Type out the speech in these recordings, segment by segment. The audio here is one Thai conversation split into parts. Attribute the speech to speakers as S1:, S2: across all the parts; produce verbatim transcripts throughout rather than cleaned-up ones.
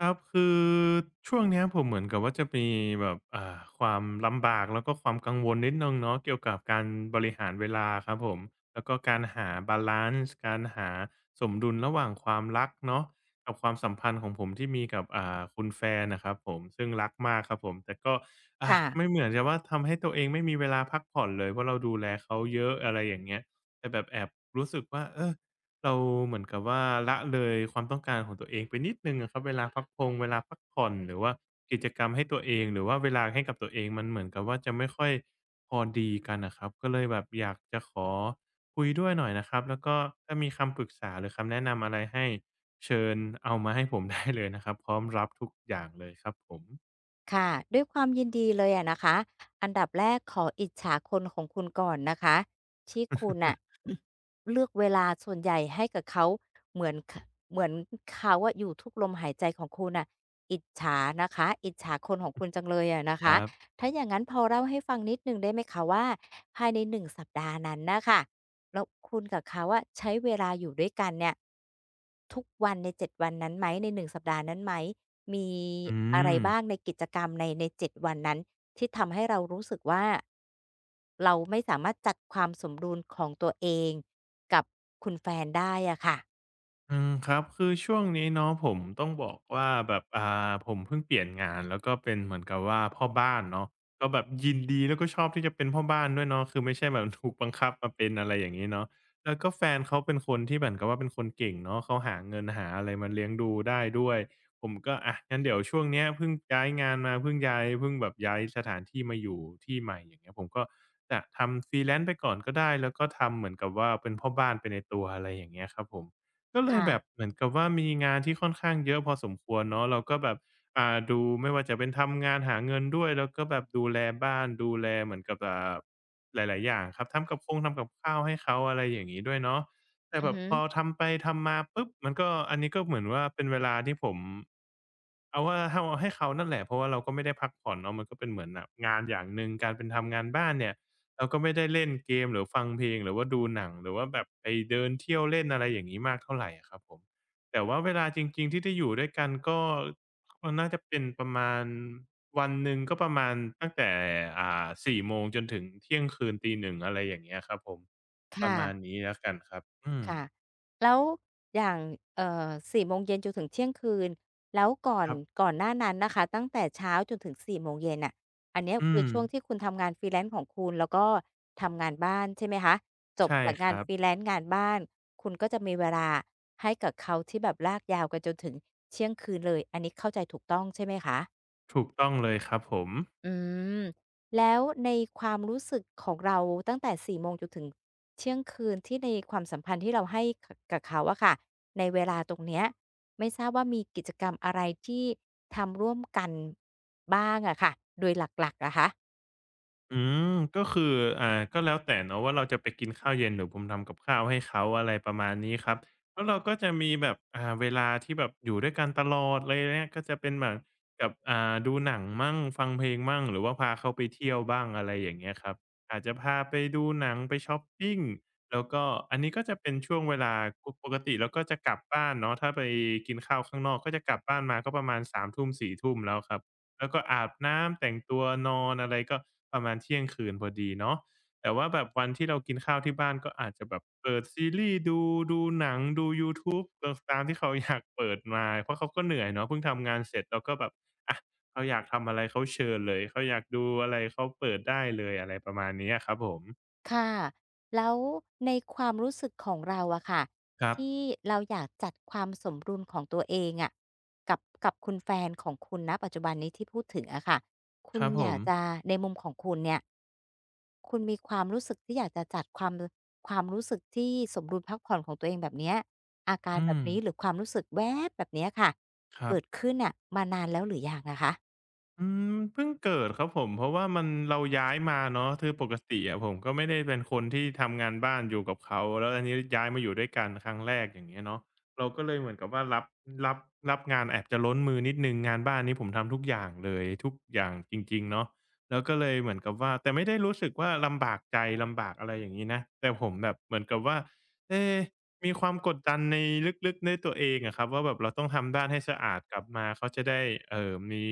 S1: ครับคือช่วงเนี้ยผมเหมือนกับว่าจะมีแบบอ่าความลำบากแล้วก็ความกังวลนิดหนึ่งเนาะเกี่ยวกับการบริหารเวลาครับผมแล้วก็การหาบาลันซ์การหาสมดุลระหว่างความรักเนาะกับความสัมพันธ์ของผมที่มีกับอ่าคุณแฟนน่ะครับผมซึ่งรักมากครับผมแต่ก็อ่า
S2: ค่ะ
S1: ไม่เหมือนจะว่าทำให้ตัวเองไม่มีเวลาพักผ่อนเลยเพราะเราดูแลเขาเยอะอะไรอย่างเงี้ยแต่แบบแอบรู้สึกว่าเออ เราเหมือนกับว่าละเลยความต้องการของตัวเองไปนิดหนึ่งอะครับเวลาพักพงเวลาพักผ่อนหรือว่ากิจกรรมให้ตัวเองหรือว่าเวลาให้กับตัวเองมันเหมือนกับว่าจะไม่ค่อยพอดีกันน่ะครับก็เลยแบบอยากจะขอคุยด้วยหน่อยนะครับแล้วก็ถ้ามีคำปรึกษาหรือคำแนะนำอะไรให้เชิญเอามาให้ผม ได้เลยนะครับพร้อมรับทุกอย่างเลยครับผม
S2: ค่ะ ด้วยความยินดีเลยอะนะคะ อันดับแรกขออิจฉาคนของคุณก่อนนะคะที่คุณน่ะเลือกเวลาส่วนใหญ่ให้กับเขาเหมือนขเหมือนเขาอะอยู่ทุกลมหายใจของคุณน่ะอิจฉานะคะอิจฉาคนของคุณจังเลยอะนะ
S1: ค
S2: คะ
S1: รับ
S2: ถ้าอย่างงั้นพอเล่าให้ฟังนิดหนึ่งได้ไหมคะว่าภายในหนึ่งสัปดาห์นั้นน่ะค่ะ แล้วคุณกับเขาอะใช้เวลาอยู่ด้วยกันเนี่ยทุกวันในเจ็ดวันนั้นไหมในหนึ่งสัปดาห์นั้นไหมมี
S1: อื
S2: อะไร
S1: ม
S2: บ้างในกิจกรรมในในเจ็ดวันนั้นที่ทำให้เรารู้สึกว่าเราไม่สามารถจัดความสมดุลของตัวเองกับคุณแฟนได้อะค่ะ
S1: อืมครับคือช่วงนี้เนาะผมต้องบอกว่าแบบอ่าผมเพิ่งเปลี่ยนงานแล้วก็เป็นเหมือนกับว่าพ่อบ้านเนาะก็แบบยินดีแล้วก็ชอบที่จะเป็นพ่อบ้านด้วยเนาะคือไม่ใช่แบบถูกบังคับมาเป็นอะไรอย่างงี้เนาะแล้วก็แฟนเขาเป็นคนที่เหมือนกับว่าเป็นคนเก่งเนาะเขาหาเงินหาอะไรมาเลี้ยงดูได้ด้วยผมก็อะงั้นเดี๋ยวช่วงเนี้ยเพิ่งย้ายงานมาเพิ่งย้ายเพิ่งแบบย้ายสถานที่มาอยู่ที่ใหม่อย่างเงี้ยผมก็จะทำฟรีแลนซ์ไปก่อนก็ได้แล้วก็ทำเหมือนกับว่าเป็นพ่อบ้านไปในตัวอะไรอย่างเงี้ยครับผม ก็เลยแบบ
S2: ค่ะ
S1: เหมือนกับว่ามีงานที่ค่อนข้างเยอะพอสมควรเนาะเราก็แบบอ่าดูไม่ว่าจะเป็นทำงานหาเงินด้วยแล้วก็แบบดูแลบ้านดูแลเหมือนกับอ่าหลายๆอย่างครับทำกับคงทำกับข้าวให้เขาอะไรอย่างงี้ด้วยเนาะแต่
S2: อื
S1: แบ
S2: อ
S1: บ
S2: ฮึ
S1: พอทำไปทำมาปุ๊บมันก็อันนี้ก็เหมือนว่าเป็นเวลาที่ผมเอาว่าเอาให้เขานั่นแหละเพราะว่าเราก็ไม่ได้พักผ่อนเนาะมันก็เป็นเหมือนแบบงานอย่างหนึ่งการเป็นทำงานบ้านเนี่ย เราก็ไม่ได้เล่นเกมหรือฟังเพลงหรือว่าดูหนังหรือว่าแบบไปเดินเที่ยวเล่นอะไรอย่างงี้มากเท่าไรอะครับผมแต่ว่าเวลาจริงๆที่ได้อยู่ด้วยกันก็มันน่าจะเป็นประมาณวันหนึ่งก็ประมาณตั้งแต่อ่าสี่โมงจนถึงเที่ยงคืนตีหนึ่งอะไรอย่างเงี้ยครับผมประ
S2: ค่ะ
S1: มาณนี้แล้วกันครับอืม
S2: ค่ะแล้วอย่างเอ่อสี่โมงเย็นจนถึงเที่ยงคืนแล้วก่อน
S1: ครับ
S2: ก่อนหน้านั้นนะคะตั้งแต่เช้าจนถึงสี่โมงเย็นน่ะอันเนี้ย
S1: อื
S2: คือ
S1: ม
S2: ช่วงที่คุณทำงาน Freelance ของคุณแล้วก็ทำงานบ้านใช่ไหมคะจบ
S1: ใช่
S2: จาก
S1: ค
S2: งาน
S1: รับ
S2: Freelance งานบ้านคุณก็จะมีเวลาให้กับเขาที่แบบลากยาวกันจนถึงเที่ยงคืนเลยอันนี้เข้าใจถูกต้องใช่ไหมคะ
S1: ถูกต้องเลยครับผม
S2: อืมแล้วในความรู้สึกของเราตั้งแต่สี่โมงจนถึงเที่ยงคืนที่ในความสัมพันธ์ที่เราให้กกับเขาอะค่ะในเวลาตรงเนี้ยไม่ทราบว่ามีกิจกรรมอะไรที่ทำร่วมกันบ้างอะค่ะโดยหลักๆอะคะ
S1: อืมก็คืออ่าก็แล้วแต่เนาะว่าเราจะไปกินข้าวเย็นหรือผมทำกับข้าวให้เขาอะไรประมาณนี้ครับแล้วเราก็จะมีแบบอ่าเวลาที่แบบอยู่ด้วยกันตลอดอะไรอย่างเงี้ยก็จะเป็นแบบกับอ่าดูหนังมั่งฟังเพลงมั่งหรือว่าพาเขาไปเที่ยวบ้างอะไรอย่างเงี้ยครับอาจจะพาไปดูหนังไปชอปปิงแล้วก็อันนี้ก็จะเป็นช่วงเวลาปกปกติเราก็จะกลับบ้านเนาะถ้าไปกินข้าวข้างนอกก็จะกลับบ้านมาก็ประมาณสามทุ่มสี่ทุ่มแล้วครับ แล้วก็อาบน้ำแต่งตัวนอนอะไรก็ประมาณเที่ยงคืนพอดีเนาะแต่ว่าแบบวันที่เรากินข้าวที่บ้านก็อาจจะแบบเปิดซีรีส์ดูดูหนังดูยูทูบอตามที่เขาอยากเปิดมาเพราะเขาก็เหนื่อยเนาะเพิ่งทำงานเสร็จเราก็แบบอะเขาอยากทำอะไรเขาเชิญเลยเขาอยากดูอะไรเขาเปิดได้เลยอะไรประมาณนี้อะครับผม
S2: ค่ะแล้วในความรู้สึกของเราอะค่ะ
S1: ครับ
S2: ที่เราอยากจัดความสมดุลของตัวเองอะกับกับคุณแฟนของคุณณปัจจุบันนี้ที่พูดถึงอะค่ะคุ
S1: ค
S2: ณ
S1: รับผ
S2: อยา
S1: ม
S2: กจะในมุมของคุณเนี่ย คุณมีความรู้สึกที่อยากจะจัดความความรู้สึกที่สมดุลพักผ่อนของตัวเองแบบเนี้ยอาการ
S1: อื
S2: แบบ
S1: ม
S2: นี้หรือความรู้สึกแวบแบบเนี้ยค่ะ
S1: ครั
S2: เกิด
S1: บ
S2: ขึ้นน่ะมานานแล้วหรือยังอะคะ
S1: อืมเพิ่งเกิดครับผมเพราะว่ามันเราย้ายมาเนาะคือปกติอะผมก็ไม่ได้เป็นคนที่ทำงานบ้านอยู่กับเขาแล้วอันนี้ย้ายมาอยู่ด้วยกันครั้งแรกอย่างเงี้ยเนาะเราก็เลยเหมือนกับว่ารับรับรับงานแอบจะล้นมือนิดหนึ่งงานบ้านนี้ผมทำทุกอย่างเลยทุกอย่างจริงๆเนาะแล้วก็เลยเหมือนกับว่าแต่ไม่ได้รู้สึกว่าลำบากใจลำบากอะไรอย่างงี้นะแต่ผมแบบเหมือนกับว่า เอ๊ะมีความกดดันในลึกๆในตัวเองอะครับว่าแบบเราต้องทำบ้านให้สะอาดกลับมาเขาจะได้เอ่อมี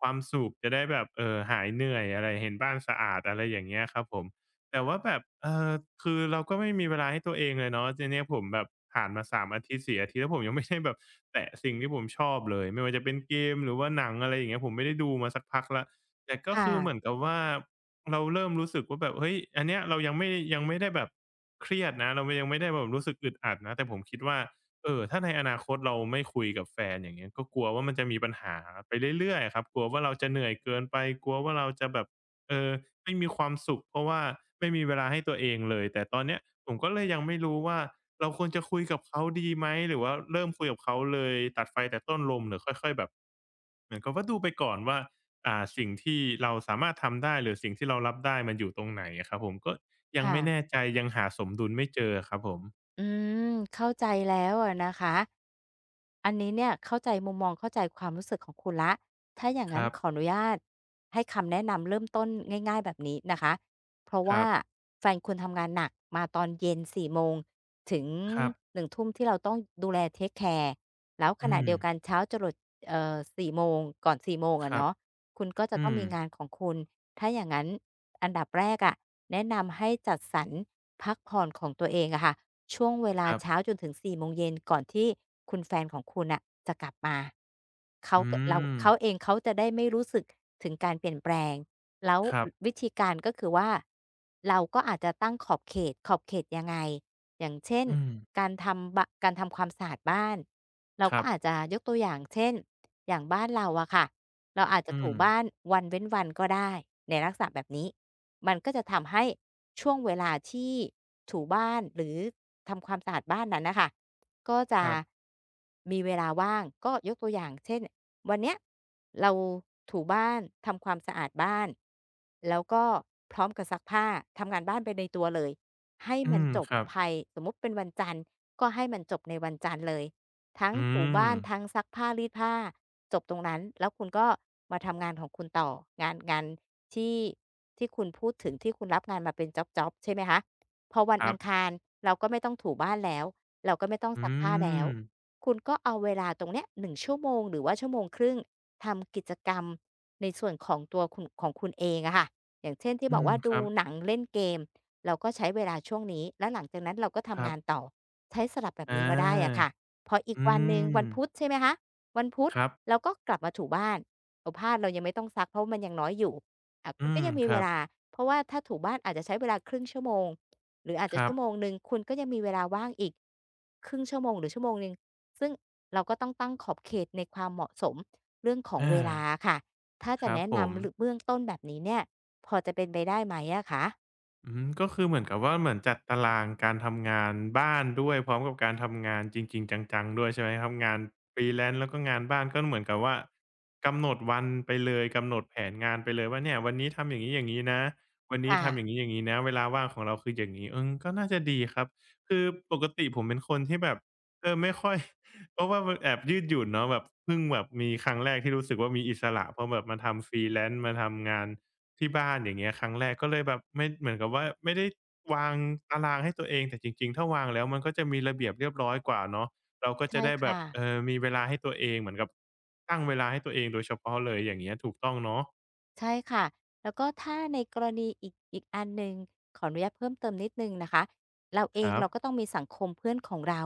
S1: ความสุขจะได้แบบเอ่อหายเหนื่อยอะไรเห็นบ้านสะอาดอะไรอย่างเงี้ยครับผมแต่ว่าแบบเอ่อคือเราก็ไม่มีเวลาให้ตัวเองเลยเนาะทีเนี้ยผมแบบผ่านมาสามอาทิตย์สี่อาทิตย์แล้วผมยังไม่ได้แบบแตะสิ่งที่ผมชอบเลยไม่ว่าจะเป็นเกมหรือว่าหนังอะไรอย่างเงี้ยผมไม่ได้ดูมาสักพักละแต่ก็
S2: ค่ะ
S1: คือเหมือนกับว่า เราเริ่มรู้สึกว่าแบบเฮ้ยอันเนี้ยเรายังไม่ยังไม่ได้แบบเครียดนะเรายังไม่ได้แบบรู้สึกอึดอัดนะแต่ผมคิดว่าเออถ้าในอนาคตเราไม่คุยกับแฟนอย่างเงี้ยก็กลัวว่ามันจะมีปัญหาไปเรื่อยๆอะครับกลัวว่าเราจะเหนื่อยเกินไปกลัวว่าเราจะแบบเอ่อไม่มีความสุขเพราะว่าไม่มีเวลาให้ตัวเองเลยแต่ตอนเนี้ยผมก็เลยยังไม่รู้ว่าเราควรจะคุยกับเขาดีไหมหรือว่าเริ่มคุยกับเขาเลยตัดไฟแต่ต้นลมหรือค่อยๆแบบ เหมือนกับว่าดูไปก่อนว่าอ่าสิ่งที่เราสามารถทำได้หรือสิ่งที่เรารับได้มันอยู่ตรงไหนอะครับผมก็ยังไม่แน่
S2: ค่ะ
S1: ใจยังหาสมดุลไม่เจออะครับผม
S2: อืมเข้าใจแล้วอะนะคะ อันนี้เนี่ยเข้าใจมุมมองเข้าใจความรู้สึกของคุณแล้วถ้าอย่าง
S1: ค
S2: นั้น
S1: รับ
S2: ขออนุญาตให้คำแนะนำเริ่มต้นง่ายๆแบบนี้นะคะ เพราะ
S1: ค
S2: ว่า
S1: รับ
S2: แฟนคุณทำงานหนักมาตอนเย็นสี่โมงถึง
S1: ครับ
S2: หนึ่งทุ่มที่เราต้องดูแลเทคแคร์แล้วข
S1: อื
S2: ณะ
S1: ม
S2: เดียวกันเช้าจรดเอ่อสี่โมงก่อนสี่โมง
S1: ค
S2: อะ
S1: รับ
S2: เนาะคุณก็จะ
S1: อื
S2: ต้อง
S1: ม
S2: มีงานของคุณ ถ้าอย่างนั้นอันดับแรกอะแนะนำให้จัดสรรพักผ่อนของตัวเองอะค่ะช่วงเว
S1: ค
S2: ลา
S1: รั
S2: เช้า
S1: บ
S2: จนถึงส่โมงเย็นก่อนที่คุณแฟนของคุณอ่ะจะกลับมาเขา
S1: อื
S2: กเรา
S1: ม
S2: เขาเองเขาจะได้ไม่รู้สึกถึงการเปลี่ยนแปลงแล้ว
S1: ครับ
S2: วิธีการก็คือว่าเราก็อาจจะตั้งขอบเขตขอบเขตยังไงอย่างเช่น
S1: อืม
S2: การทำบะการทำความสะอาดบ้านเรา
S1: ค
S2: ก็
S1: รั
S2: อาจ
S1: บ
S2: จะยกตัวอย่างเช่นอย่างบ้านเราอะค่ะ เราอาจจะ
S1: อื
S2: ถู
S1: ม
S2: บ้านวันเว้นวันก็ได้ในลักษณะแบบนี้มันก็จะทำให้ช่วงเวลาที่ถูบ้านหรือทำความสะอาดบ้านนั้นนะคะก็จะ
S1: ครับ
S2: มีเวลาว่างก็ยกตัวอย่างเช่นวันเนี้ยเราถูบ้านทำความสะอาดบ้านแล้วก็พร้อมกับซักผ้าทำงานบ้านไปในตัวเลยให้
S1: อื
S2: มัน
S1: ม
S2: จบ
S1: ครับ
S2: ภายสมมติเป็นวันจันทร์ก็ให้มันจบในวันจันทร์เลย ทั้ง
S1: อื
S2: ถู
S1: ม
S2: บ้านทั้งซักผ้ารีดผ้าจบตรงนั้นแล้วคุณก็มาทำงานของคุณต่องานงานที่ที่คุณพูดถึงที่คุณรับงานมาเป็นจ็อบๆใช่ไหมคะพอวัน
S1: ครั
S2: อัง
S1: บ
S2: คารเราก็ไม่ต้องถูบ้านแล้วเราก็ไม่ต้อง
S1: อื
S2: ซักผ้าแล้ว
S1: ม
S2: คุณก็เอาเวลาตรงเนี้ยหนึ่งชั่วโมงหรือว่าชั่วโมงครึ่งทำกิจกรรมในส่วนของตัวคุณของคุณเองอะค่ะอย่างเช่นที่บ
S1: อื
S2: อก
S1: ม
S2: ว่า
S1: ค
S2: ดู
S1: รับ
S2: หนังเล่นเกมเราก็ใช้เวลาช่วงนี้แล้วหลังจากนั้นเราก็
S1: ค
S2: ทำ
S1: รับ
S2: งานต่อใช้สลับแบบ
S1: อา
S2: นี้ก็ได้อะค่ะ พออีก
S1: อื
S2: วันหนึ่ง
S1: ม
S2: วันพุธใช่ไหมคะวันพุธ
S1: ครับ
S2: เราก็กลับมาถูบ้านเอาผ้าเรายังไม่ต้องซักเพราะมันยังน้อยอยู่อ่า
S1: อื
S2: คุณก็
S1: ม
S2: ยังมี
S1: ค
S2: เว
S1: รับ
S2: ลาเพราะว่าถ้าถูบ้านอาจจะใช้เวลาครึ่งชั่วโมงหรืออาจ
S1: ค
S2: จะ
S1: รั
S2: ชั่
S1: บ
S2: วโมงหนึ่งคุณก็ยังมีเวลาว่างอีกครึ่งชั่วโมงหรือชั่วโมงหนึ่งซึ่งเราก็ต้องตั้งขอบเขตในความเหมาะสมเรื่องของเวลา
S1: อา
S2: อะค่ะถ้า
S1: ค
S2: จะ
S1: รับ
S2: แนะ
S1: ผม
S2: นำหรือเบื้องต้นแบบนี้เนี่ยพอจะเป็นไปได้ไหมอะคะ
S1: อืมก็คือเหมือนกับว่าเหมือนจัดตารางการทำงานบ้านด้วยพร้อมกับการทำงานจริงๆจังๆด้วยใช่ไหมครับงาน freelance แล้วก็งานบ้านก็เหมือนกับว่ากำหนดวันไปเลยกำหนดแผนงานไปเลยว่าเนี่ยวันนี้ทำอย่างงี้ๆนะวันนี้
S2: ค่ะ
S1: ทำอย่างงี้ๆนะเวลาว่างของเราคืออย่างงี้เอืก็น่าจะดีครับคือปกติผมเป็นคนที่แบบเออไม่ค่อย เพราะว่ามันแอบยืดหยุ่นเนาะแบบเพิ่งแบบมีครั้งแรกที่รู้สึกว่ามีอิสระเพอแบบมาทำ freelance มาทำงาน ที่บ้านอย่างเงี้ยครั้งแรกก็เลยแบบไม่เหมือนกับว่าไม่ได้วางตารางให้ตัวเองแต่จริงๆถ้าวางแล้วมันก็จะมีระเบียบเรียบร้อยกว่าเนาะเราก็จะ
S2: ใช่
S1: ได้แบบ
S2: ค่ะ
S1: เอ่อมีเวลาให้ตัวเองเหมือนกับตั้งเวลาให้ตัวเองโดยเฉพาะเลยอย่างเงี้ยถูกต้องเนาะ
S2: ใช่ค่ะแล้วก็ถ้าในกรณีอีกอีกอันหนึ่งขออนุญาตเพิ่มเติมนิดหนึ่งนะคะเราเอ
S1: ค
S2: ง
S1: รับ
S2: เราก็ต้องมีสังคมเพื่อนของเรา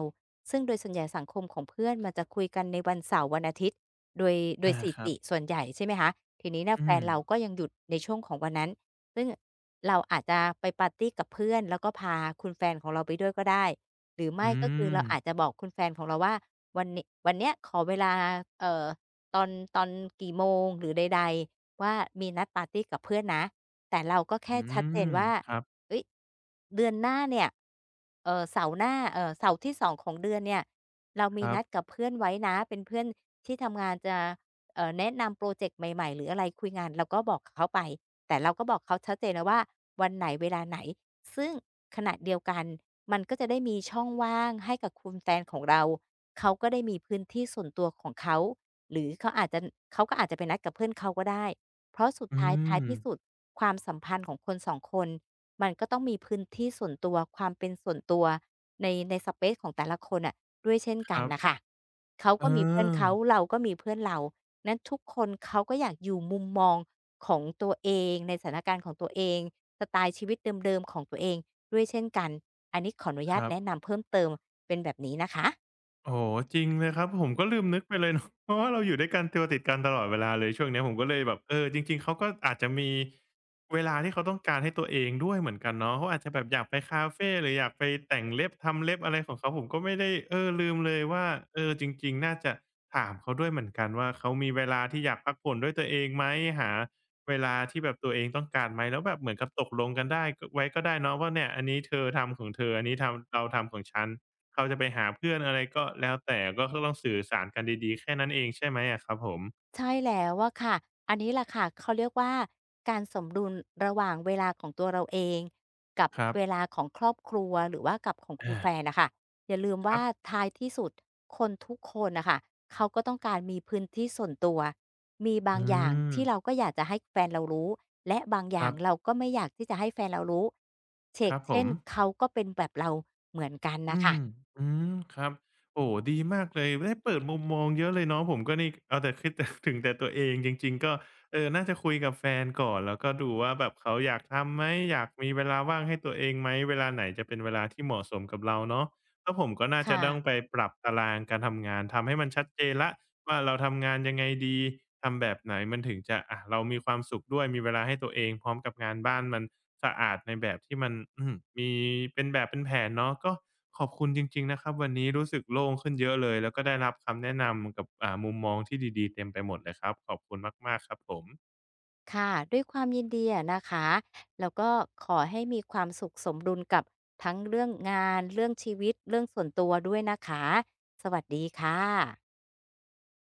S2: ซึ่งโดยส่วนใหญ่สังคมของเพื่อนมันจะคุยกันในวันเสาร์วันอาทิตย์โดยโด
S1: อา
S2: ยสถิ
S1: ครับ
S2: ติส่วนใหญ่ใช่ไหมคะทีนี้เนี่แฟ
S1: อื
S2: น
S1: ม
S2: เราก็ยังหยุดในช่วงของวันนั้นซึ่งเราอาจจะไปปาร์ตีกับเพื่อนแล้วก็พาคุณแฟนของเราไปด้วยก็ได้หรือไม่
S1: อื
S2: ก็คือเรา
S1: ม
S2: อาจจะบอกคุณแฟนของเราว่าวันน้วันเนี้ยขอเวลาเอ่อตอนตอนกี่โมงหรือใด ว่ามีนัดปาร์ตีกับเพื่อนนะแต่เราก็แค่
S1: อื
S2: ชัดเจน
S1: ม
S2: ว่า
S1: ครับ
S2: เฮ้ยเดือนหน้าเนี่ยเออเสาร์หน้าเออเสาร์ที่สองของเดือนเนี่ยเรามีนัดกั
S1: ๆ
S2: บเพื่อนไว้นะเป็นเพื่อนที่ทำงานจะเอ่อแนะนำโปรเจกต์ใหม่ๆหรืออะไรคุยงานเราก็บอกเขาไปแต่เราก็บอกเขาชัดเจนวว่าวันไหนเวลาไหนซึ่งขณะเดียวกันมันก็จะได้มีช่องว่างให้กับคุณแฟนของเราเขาก็ได้มีพื้นที่ส่วนตัวของเขาหรือเขาอาจจะเขาก็อาจจะไปนัดกับเพื่อนเขาก็ได้ เพราะสุด
S1: อื
S2: ท้ายท้าย
S1: ม
S2: ที่สุดความสัมพันธ์ของคนสองคนมันก็ต้องมีพื้นที่ส่วนตัวความเป็นส่วนตัวในในสเปซของแต่ละคนอ่ะด้วยเช่น
S1: ค
S2: กัน
S1: รับ
S2: น่ะค่ะเขา
S1: เออ
S2: ก็มีเพื่อนเขาเราก็มีเพื่อนเรานั้นทุกคนเขาก็อยากอยู่มุมมองของตัวเองในสถานการณ์ของตัวเองสไตล์ชีวิตเดิมๆของตัวเองด้วยเช่นกันอันนี้ขออนุ
S1: ค
S2: ญาต
S1: รับ
S2: แนะนำเพิ่มเติมเป็นแบบนี้นะคะ
S1: โอ้โฮจริงเลยครับผมก็ลืมนึกไปเลยเนาะ เพราะว่าเราอยู่ด้วยกันตัวติดกันตลอดเวลาเลยช่วงเนี้ยผมก็เลยแบบเออจริงๆเขาก็อาจจะมีเวลาที่เขาต้องการให้ตัวเองด้วยเหมือนกันเนาะเขาอาจจะแบบอยากไปคาเฟหรืออยากไปแต่งเล็บทำเล็บอะไรของเขาผมก็ไม่ได้เออลืมเลยว่าเออจริงๆน่าจะถามเขาด้วยเหมือนกันว่าเขามีเวลาที่อยากพักผ่อนด้วยตัวเองไหมหาเวลาที่แบบตัวเองต้องการไหมแล้วแบบเหมือนกับตกลงกันได้กไว้ก็ได้เนาะว่าเนี่ยอันนี้เธอทำของเธออันนี้ทำเราทำของฉัน เขาจะไปหาเพื่อนอะไรก็แล้วแต่ก็ต้องสื่อสารกันดีๆแค่นั้นเองใช่ไหมอะครับผม
S2: ใช่แล้วอะค่ะ อันนี้แหละค่ะเขาเรียกว่าการสมดุลระหว่างเวลาของตัวเราเองกับ
S1: ครั
S2: เว
S1: บ
S2: ลาของครอบครัวหรือว่ากับของคุณ
S1: อา
S2: แฟนน่ะค่ะอย่าลืม
S1: ค
S2: ว่า
S1: รับ
S2: ท้ายที่สุดคนทุกคนน่ะค่ะเขาก็ต้องการมีพื้นที่ส่วนตัวมีบาง
S1: อื
S2: อย่าง
S1: ม
S2: ที่เราก็อยากจะให้แฟนเรารู้และบางอ
S1: ค
S2: ย่าง
S1: รั
S2: เรา
S1: บ
S2: ก็ไม่อยากที่จะให้แฟนเรารู้เฉ
S1: ค
S2: ก
S1: รับผ
S2: เช่น
S1: ม
S2: เขาก็เป็นแบบเราเหมือนกันน่ะ
S1: อื
S2: ค่ะ
S1: มอืมครับโอ้โฮดีมากเลยได้เปิดมุมมองเยอะเลยเนาะผมก็นี่เอาแต่คิดแต่ ถึงแต่ตัวเองจริงๆก็เออน่าจะคุยกับแฟนก่อนแล้วก็ดูว่าแบบเขาอยากทำไหมอยากมีเวลาว่างให้ตัวเองไหมเวลาไหนจะเป็นเวลาที่เหมาะสมกับเราเนาะแล้วผมก็น่าจะ
S2: ค่ะ
S1: ต้องไปปรับตารางการทำงานทำให้มันชัดเจนแล้ว ว่าเราทำงานยังไงดีทำแบบไหนมันถึงจะอะเรามีความสุขด้วยมีเวลาให้ตัวเองพร้อมกับงานบ้านมันสะอาดในแบบที่มันอืมมีเป็นแบบเป็นแผนเนาะก็ขอบคุณจริงๆนะครับวันนี้รู้สึกโล่งขึ้นเยอะเลยแล้วก็ได้รับคำแนะนำกับอ่ามุมมองที่ดีๆเต็มไปหมดเลยครับขอบคุณมากๆครับผม
S2: ค่ะด้วยความยินดีอะนะคะแล้วก็ขอให้มีความสุขสมดุลกับทั้งเรื่องงานเรื่องชีวิตเรื่องส่วนตัวด้วยนะคะสวัสดีค่ะ